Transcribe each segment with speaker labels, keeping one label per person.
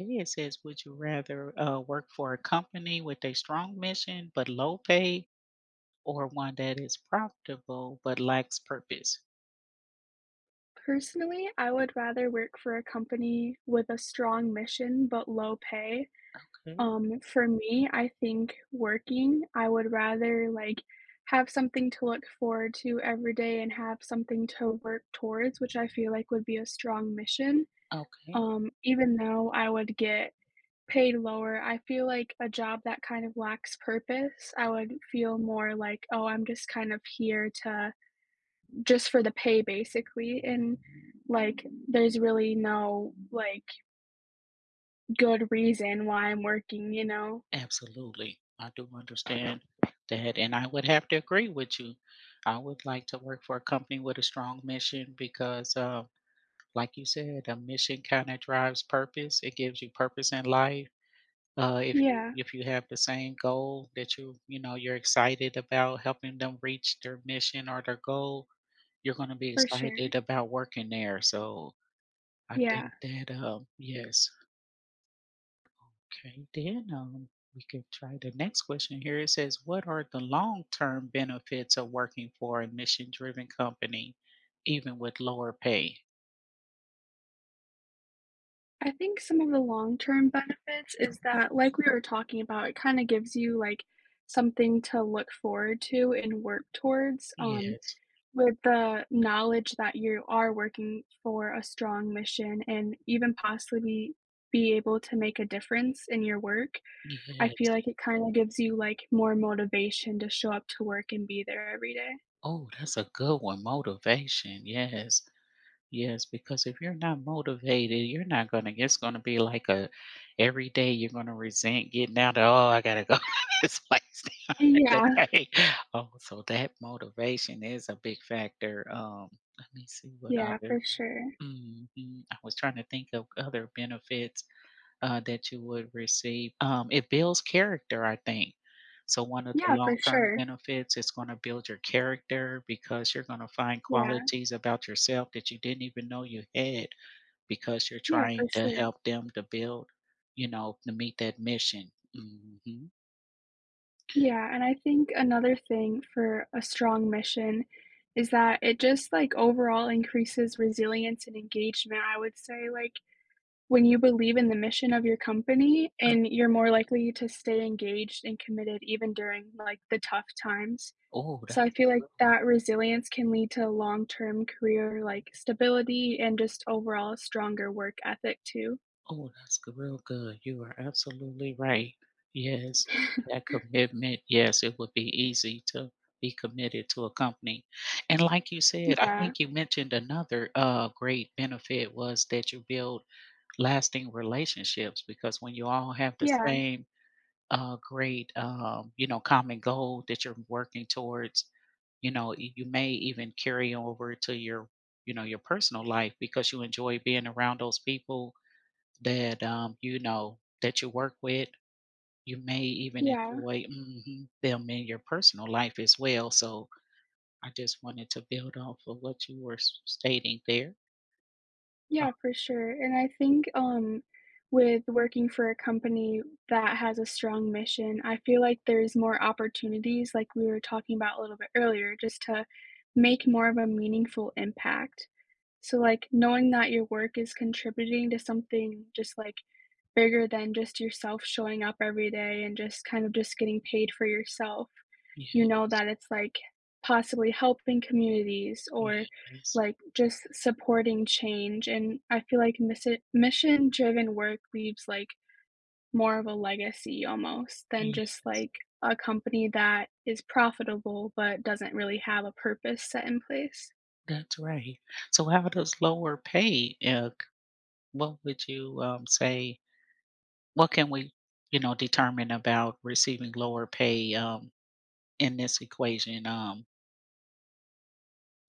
Speaker 1: Okay, it says, would you rather work for a company with a strong mission but low pay or one that is profitable but lacks purpose?
Speaker 2: Personally, I would rather work for a company with a strong mission but low pay.
Speaker 1: Okay,
Speaker 2: For me, I would rather have something to look forward to every day and have something to work towards, which I feel like would be a strong mission.
Speaker 1: okay,
Speaker 2: Even though I would get paid lower, I feel like a job that kind of lacks purpose, I would feel more like, oh, I'm just kind of here to just for the pay basically and there's really no good reason why I'm working.
Speaker 1: absolutely. I do understand that. And I would have to agree with you. I would like to work for a company with a strong mission because, like you said, a mission kind of drives purpose, it gives you purpose in life. If you
Speaker 2: Yeah,
Speaker 1: if you have the same goal that you know you're excited about helping them reach their mission or their goal, you're going to be
Speaker 2: for sure.
Speaker 1: excited about working there. So I
Speaker 2: Yeah.
Speaker 1: think that yes, okay. Then we can try the next question here. It says, "What are the long term benefits of working for a mission driven company, even with lower pay?"
Speaker 2: I think some of the long-term benefits is that, like we were talking about, it kind of gives you like something to look forward to and work towards,
Speaker 1: Yes,
Speaker 2: with the knowledge that you are working for a strong mission and even possibly be able to make a difference in your work. I feel
Speaker 1: yes.
Speaker 2: like it kinda gives you, like, more motivation to show up to work and be there every day.
Speaker 1: Oh, that's a good one. Motivation. Yes. Yes, because if you're not motivated, you're not gonna it's gonna be like a every day you're gonna resent getting out of, "Oh, I gotta go to this place
Speaker 2: Yeah,
Speaker 1: today." Oh, so that motivation is a big factor. Let me see what
Speaker 2: yeah,
Speaker 1: other
Speaker 2: for sure.
Speaker 1: mhm, I was trying to think of other benefits. That you would receive. It builds character, I think. So one of the
Speaker 2: Yeah, for
Speaker 1: long-term
Speaker 2: sure.
Speaker 1: benefits is gonna build your character because you're gonna find
Speaker 2: Yeah.
Speaker 1: qualities about yourself that you didn't even know you had because you're
Speaker 2: Yeah, for
Speaker 1: trying to
Speaker 2: sure.
Speaker 1: help them to build, you know, to meet that mission. Mhm.
Speaker 2: Yeah, and I think another thing for a strong mission is that it just, like, overall increases resilience and engagement, I would say, like, when you believe in the mission of your company
Speaker 1: Oh,
Speaker 2: and you're more likely to stay engaged and committed even during, like, the tough times.
Speaker 1: oh,
Speaker 2: So I
Speaker 1: that's a
Speaker 2: feel like
Speaker 1: good one.
Speaker 2: that resilience can lead to long-term career, like, stability and just overall stronger work ethic too.
Speaker 1: Oh, that's g real good. You are absolutely right. Yes, that commitment, yes, it would be easy to be committed to a company. And like you said, I
Speaker 2: Yeah.
Speaker 1: think you mentioned another, great benefit was that you build lasting relationships because when you all have the
Speaker 2: Yeah.
Speaker 1: same, great, you know, common goal that you're working towards, you know, y you may even carry over to your you know, your personal life because you enjoy being around those people that, you know, that you work with. You may even
Speaker 2: Yeah.
Speaker 1: enjoy mhm, them in your personal life as well. So I just wanted to build off of what you were stating there. Oh,
Speaker 2: Yeah, for sure, and I think, with working for a company that has a strong mission, I feel like there's more opportunities, like we were talking about a little bit earlier, just to make more of a meaningful impact. So, like, knowing that your work is contributing to something just, like, bigger than just yourself showing up every day and just kind of just getting paid for yourself.
Speaker 1: yeah,
Speaker 2: You know that it's like possibly helping communities or
Speaker 1: yes,
Speaker 2: like just supporting change. And I feel like mission driven work leaves like more of a legacy almost than
Speaker 1: yes,
Speaker 2: just like a company that is profitable but doesn't really have a purpose set in place.
Speaker 1: that's right. So how does lower pay, what would you say, what can we, you know, determine about receiving lower pay in this equation?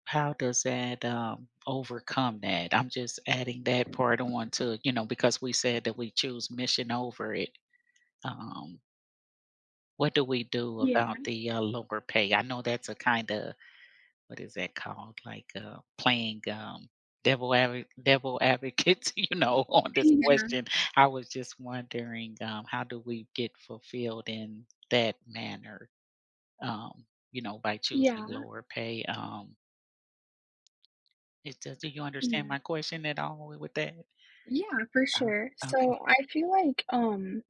Speaker 1: How does that, overcome that? I'm just adding that part on to, you know, because we said that we choose mission over it. Um, what do we do
Speaker 2: Yeah,
Speaker 1: about the, lower pay? I know that's a kinda what is that called? Like, playing, devil advocate, you know, on this
Speaker 2: yeah,
Speaker 1: question. I was just wondering, how do we get fulfilled in that manner, um, you know, by choosing
Speaker 2: yeah,
Speaker 1: lower pay? Is does do you understand
Speaker 2: yeah.
Speaker 1: my question at all with that?
Speaker 2: Yeah, for
Speaker 1: Uh-huh.
Speaker 2: sure.
Speaker 1: Okay,
Speaker 2: So I feel like,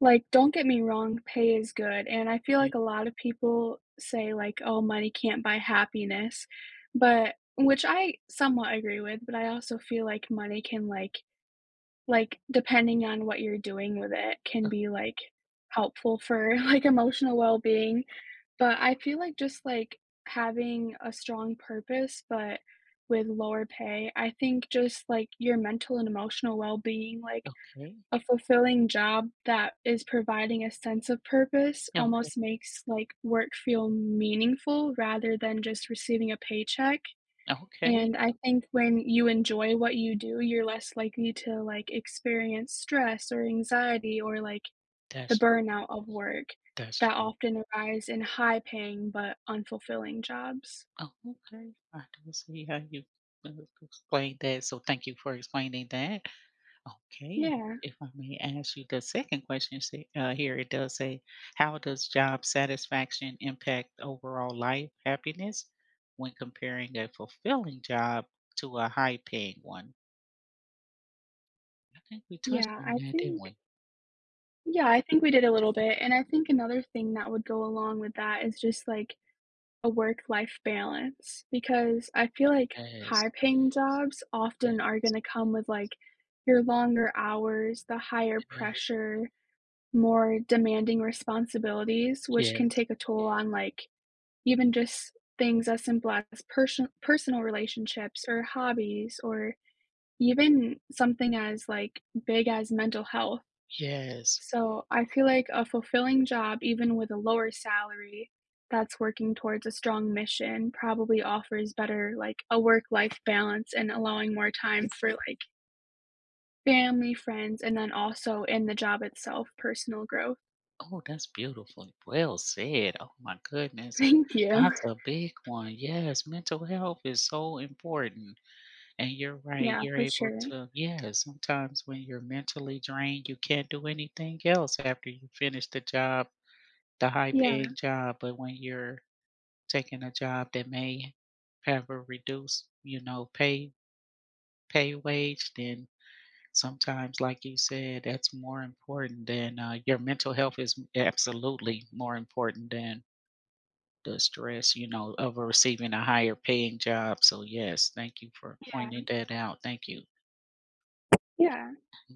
Speaker 2: like, don't get me wrong, pay is good, and I feel like a lot of people say, like, "Oh, money can't buy happiness," but which I somewhat agree with, but I also feel like money can, like, depending on what you're doing with it, can be, like, helpful for, like, emotional well-being, but I feel like just, like, having a strong purpose, but with lower pay, I think just, like, your mental and emotional well-being, like
Speaker 1: okay.
Speaker 2: a fulfilling job that is providing a sense of purpose
Speaker 1: Okay. Okay.
Speaker 2: almost makes, like, work feel meaningful rather than just receiving a paycheck,
Speaker 1: Okay.
Speaker 2: and I think when you enjoy what you do, you're less likely to, like, experience stress or anxiety or, like, the
Speaker 1: That's true.
Speaker 2: burnout of work
Speaker 1: That's
Speaker 2: that
Speaker 1: true.
Speaker 2: often arise in high-paying but unfulfilling jobs.
Speaker 1: Oh, okay. I don't see how you, uh, explained that, so thank you for explaining that. Okay,
Speaker 2: Yeah.
Speaker 1: if I may ask you the second question, see, here it does say, "How does job satisfaction impact overall life happiness when comparing a fulfilling job to a high-paying one?" I think we touched
Speaker 2: Yeah,
Speaker 1: on
Speaker 2: I
Speaker 1: that, didn't
Speaker 2: think
Speaker 1: we?
Speaker 2: yeah, I think we did a little bit, and I think another thing that would go along with that is just, like, a work-life balance because I feel like
Speaker 1: Yes.
Speaker 2: high-paying jobs often
Speaker 1: Yes.
Speaker 2: are gonna come with, like, your longer hours, the higher
Speaker 1: Yes,
Speaker 2: pressure, more demanding responsibilities, which can
Speaker 1: yes,
Speaker 2: take a toll on, like, even just things as simple as personal relationships or hobbies or even something as, like, big as mental health.
Speaker 1: yes.
Speaker 2: So I feel like a fulfilling job, even with a lower salary, that's working towards a strong mission probably offers better like a work-life balance and allowing more time for like family, friends, and then also in the job itself, personal growth.
Speaker 1: Oh, that's beautiful. Well said. Oh my goodness.
Speaker 2: Thank you.
Speaker 1: That's a big one. Yes, mental health is so important. And you're right.
Speaker 2: Yeah,
Speaker 1: You're
Speaker 2: for
Speaker 1: able
Speaker 2: sure.
Speaker 1: to, yeah, sometimes when you're mentally drained, you can't do anything else after you finish the job, the high
Speaker 2: Yeah,
Speaker 1: paying job. But when you're taking a job that may have a reduced, you know, pay wage, then sometimes, like you said, that's more important than, your mental health is absolutely more important than the stress, you know, of receiving a higher paying job. So, yes, thank you for
Speaker 2: yeah,
Speaker 1: pointing that out. Thank you.
Speaker 2: yeah.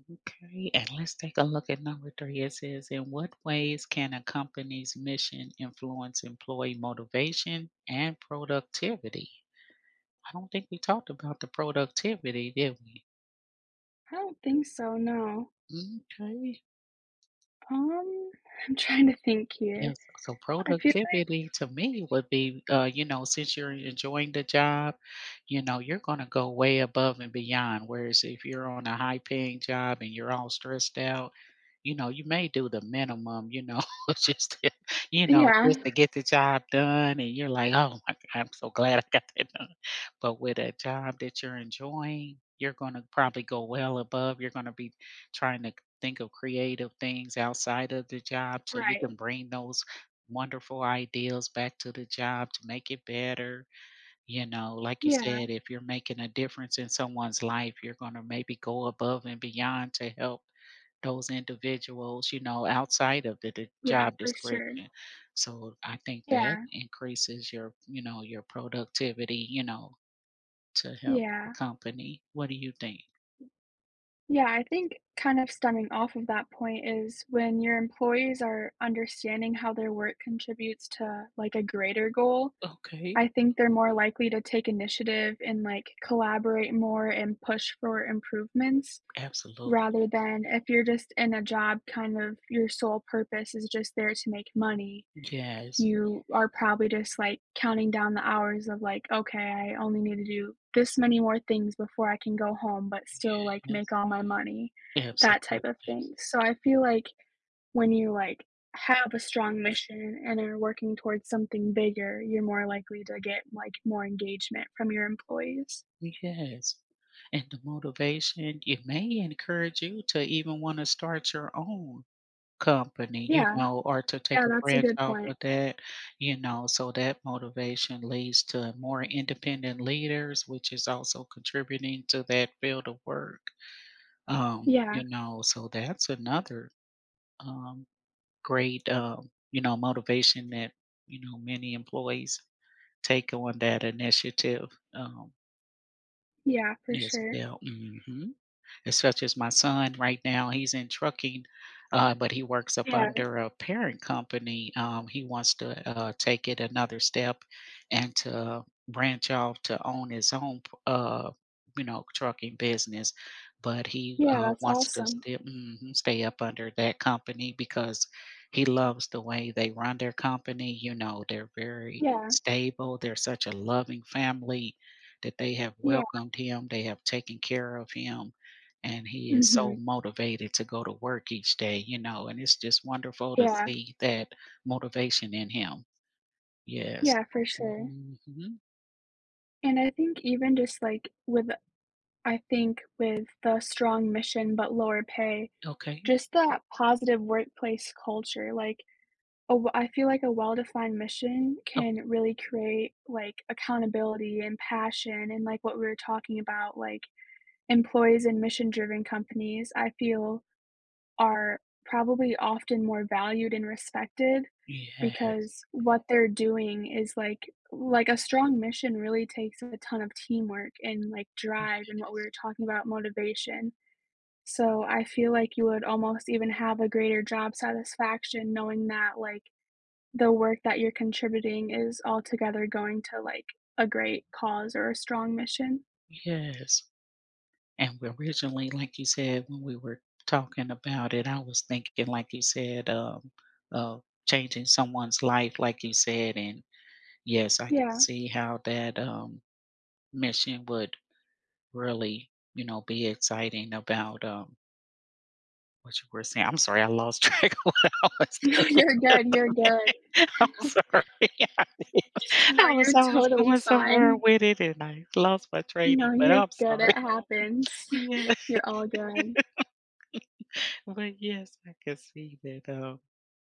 Speaker 1: Okay, and let's take a look at number three. It says, in what ways can a company's mission influence employee motivation and productivity? I don't think we talked about the productivity, did we?
Speaker 2: I don't think so, no.
Speaker 1: Okay.
Speaker 2: Um, I'm trying to think here.
Speaker 1: Yes, so
Speaker 2: I feel like
Speaker 1: productivity to me would be, you know, since you're enjoying the job, you know, you're going to go way above and beyond. Whereas if you're on a high paying job and you're all stressed out, you know, you may do the minimum, you know, just to, you know,
Speaker 2: yeah,
Speaker 1: just to get the job done. And you're like, oh my God, I'm so glad I got that done. But with a job that you're enjoying, you're going to probably go well above. You're going to be trying to think of creative things outside of the job so you
Speaker 2: right.
Speaker 1: can bring those wonderful ideas back to the job to make it better. You know, like you
Speaker 2: Yeah,
Speaker 1: said, if you're making a difference in someone's life, you're going to maybe go above and beyond to help those individuals, you know, outside of the
Speaker 2: yeah,
Speaker 1: job
Speaker 2: for sure.
Speaker 1: description. So I think that
Speaker 2: Yeah,
Speaker 1: increases your, you know, your productivity, you know, to help the
Speaker 2: yeah.
Speaker 1: company. What do you think?
Speaker 2: Yeah, I think kind of stemming off of that point is when your employees are understanding how their work contributes to like a greater goal,
Speaker 1: Okay,
Speaker 2: I think they're more likely to take initiative and like collaborate more and push for improvements
Speaker 1: absolutely.
Speaker 2: rather than if you're just in a job, kind of your sole purpose is just there to make money,
Speaker 1: Yes.
Speaker 2: you are probably just, like, counting down the hours of, like, "Okay, I only need to do this many more things before I can go home, but still, like, make
Speaker 1: Yes.
Speaker 2: all my money," that type of
Speaker 1: Absolutely.
Speaker 2: thing. So I feel like when you, like, have a strong mission and are working towards something bigger, you're more likely to get, like, more engagement from your employees.
Speaker 1: Yes. And the motivation, it may encourage you to even want to start your own company, you
Speaker 2: Yeah,
Speaker 1: know, or to take
Speaker 2: yeah,
Speaker 1: a
Speaker 2: that's a
Speaker 1: branch
Speaker 2: good
Speaker 1: off of
Speaker 2: point.
Speaker 1: that, you know, so that motivation leads to more independent leaders, which is also contributing to that field of work.
Speaker 2: Yeah,
Speaker 1: You know, so that's another um, great, you know, motivation that, you know, many employees take on that initiative. Um,
Speaker 2: yeah, for
Speaker 1: As
Speaker 2: sure.
Speaker 1: well, mhm as such as my son right now, he's in trucking, but he works up
Speaker 2: Yeah,
Speaker 1: under a parent company. He wants to take it another step and to branch off to own his own, uh, you know, trucking business. But he
Speaker 2: yeah, that's
Speaker 1: wants to
Speaker 2: awesome.
Speaker 1: stay, mhm, stay up under that company because he loves the way they run their company. You know, they're very
Speaker 2: Yeah,
Speaker 1: stable. They're such a loving family that they have
Speaker 2: yeah,
Speaker 1: welcomed him. They have taken care of him and he is so
Speaker 2: mhm,
Speaker 1: motivated to go to work each day, you know, and it's just wonderful to
Speaker 2: yeah,
Speaker 1: see that motivation in him. Yes.
Speaker 2: yeah,
Speaker 1: Oh,
Speaker 2: for sure.
Speaker 1: mhm.
Speaker 2: And I think even just, like, with I think with the strong mission but lower pay,
Speaker 1: Okay.
Speaker 2: just that positive workplace culture, like, a w I feel like a well-defined mission
Speaker 1: Oh,
Speaker 2: can really create, like, accountability and passion and, like, what we were talking about, like, employees in mission-driven companies, I feel are probably often more valued and respected
Speaker 1: yes.
Speaker 2: because what they're doing is like a strong mission really takes a ton of teamwork and like drive and
Speaker 1: Ye-
Speaker 2: what we were talking about motivation. So I feel like you would almost even have a greater job satisfaction knowing that like the work that you're contributing is altogether going to like a great cause or a strong mission.
Speaker 1: Yes. And we originally, like you said, when we were talking about it, I was thinking, like you said, of changing someone's life, like you said, and yes, I can
Speaker 2: Yeah.
Speaker 1: see how that mission would really, you know, be exciting about what you were saying, I'm sorry, I lost track of what I was
Speaker 2: No, you're
Speaker 1: thinking
Speaker 2: good, you're good.
Speaker 1: I'm sorry. I
Speaker 2: No, you're
Speaker 1: I was
Speaker 2: totally
Speaker 1: going somewhere
Speaker 2: fine.
Speaker 1: with it, and I lost my training,
Speaker 2: No,
Speaker 1: but
Speaker 2: you're
Speaker 1: I'm
Speaker 2: good,
Speaker 1: sorry.
Speaker 2: it happens.
Speaker 1: Yeah,
Speaker 2: You're all good.
Speaker 1: but yes, I can see that,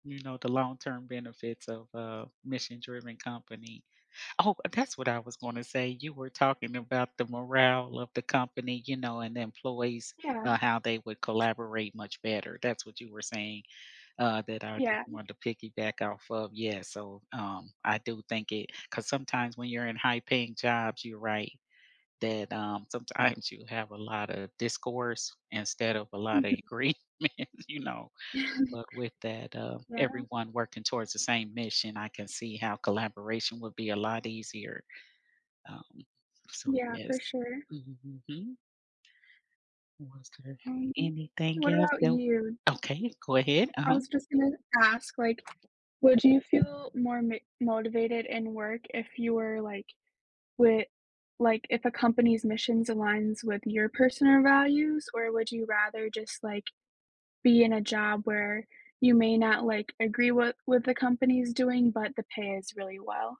Speaker 1: you know, the long-term benefits of a mission-driven company. Oh, that's what I was gonna say. You were talking about the morale of the company, you know, and the employees,
Speaker 2: Yeah,
Speaker 1: how they would collaborate much better. That's what you were saying. That I just
Speaker 2: yeah.
Speaker 1: wanted to piggyback off of. Yeah, so, I do think it, because sometimes when you're in high-paying jobs, you're right, that, sometimes you have a lot of discourse instead of a lot of
Speaker 2: Mhm.
Speaker 1: agreement, you know? But with that,
Speaker 2: Yeah,
Speaker 1: everyone working towards the same mission, I can see how collaboration would be a lot easier. Um, so,
Speaker 2: yeah,
Speaker 1: yes.
Speaker 2: for sure.
Speaker 1: Mhm. Was there
Speaker 2: Um,
Speaker 1: anything
Speaker 2: what
Speaker 1: else
Speaker 2: about
Speaker 1: that
Speaker 2: you?
Speaker 1: okay, go ahead,
Speaker 2: I
Speaker 1: uh-huh.
Speaker 2: was just gonna ask, like, would you feel more mi motivated in work if you were, like, with like, if a company's missions aligns with your personal values, or would you rather just, like, be in a job where you may not, like, agree with the company's doing, but the pay is really well?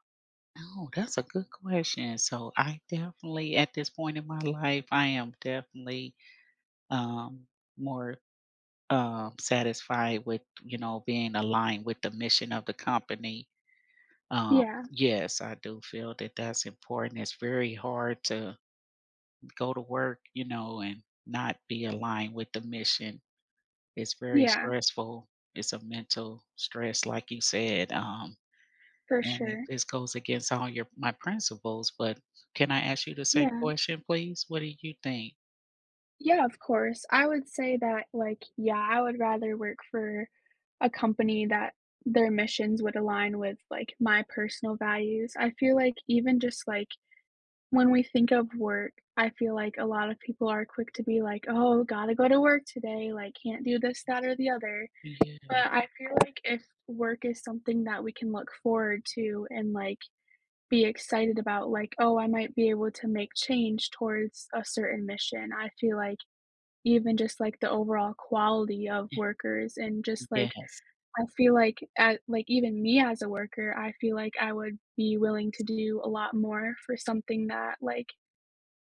Speaker 1: Oh, that's a good question. So I definitely, at this point in my life, I am definitely um, more satisfied with, you know, being aligned with the mission of the company. Um,
Speaker 2: Yeah,
Speaker 1: yes, I do feel that that's important. It's very hard to go to work, you know, and not be aligned with the mission. It's very
Speaker 2: yeah.
Speaker 1: stressful. It's a mental stress, like you said.
Speaker 2: For
Speaker 1: And it
Speaker 2: sure.
Speaker 1: this goes against all your my principles, but can I ask you the same
Speaker 2: Yeah.
Speaker 1: question, please? What do you think?
Speaker 2: Yeah, of course. I would say that, like, yeah, I would rather work for a company that their missions would align with, like, my personal values. I feel like even just, like, when we think of work, I feel like a lot of people are quick to be like, "Oh, gotta go to work today, like, can't do this, that, or the other." But
Speaker 1: Yes,
Speaker 2: I feel like if work is something that we can look forward to and, like, be excited about, like, "Oh, I might be able to make change towards a certain mission." I feel like even just, like, the overall quality of workers and just, like,
Speaker 1: yes.
Speaker 2: I feel like at like, even me as a worker, I feel like I would be willing to do a lot more for something that, like,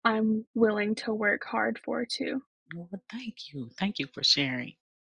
Speaker 2: I'm willing to work hard for too.
Speaker 1: Well, thank you. Thank you for sharing.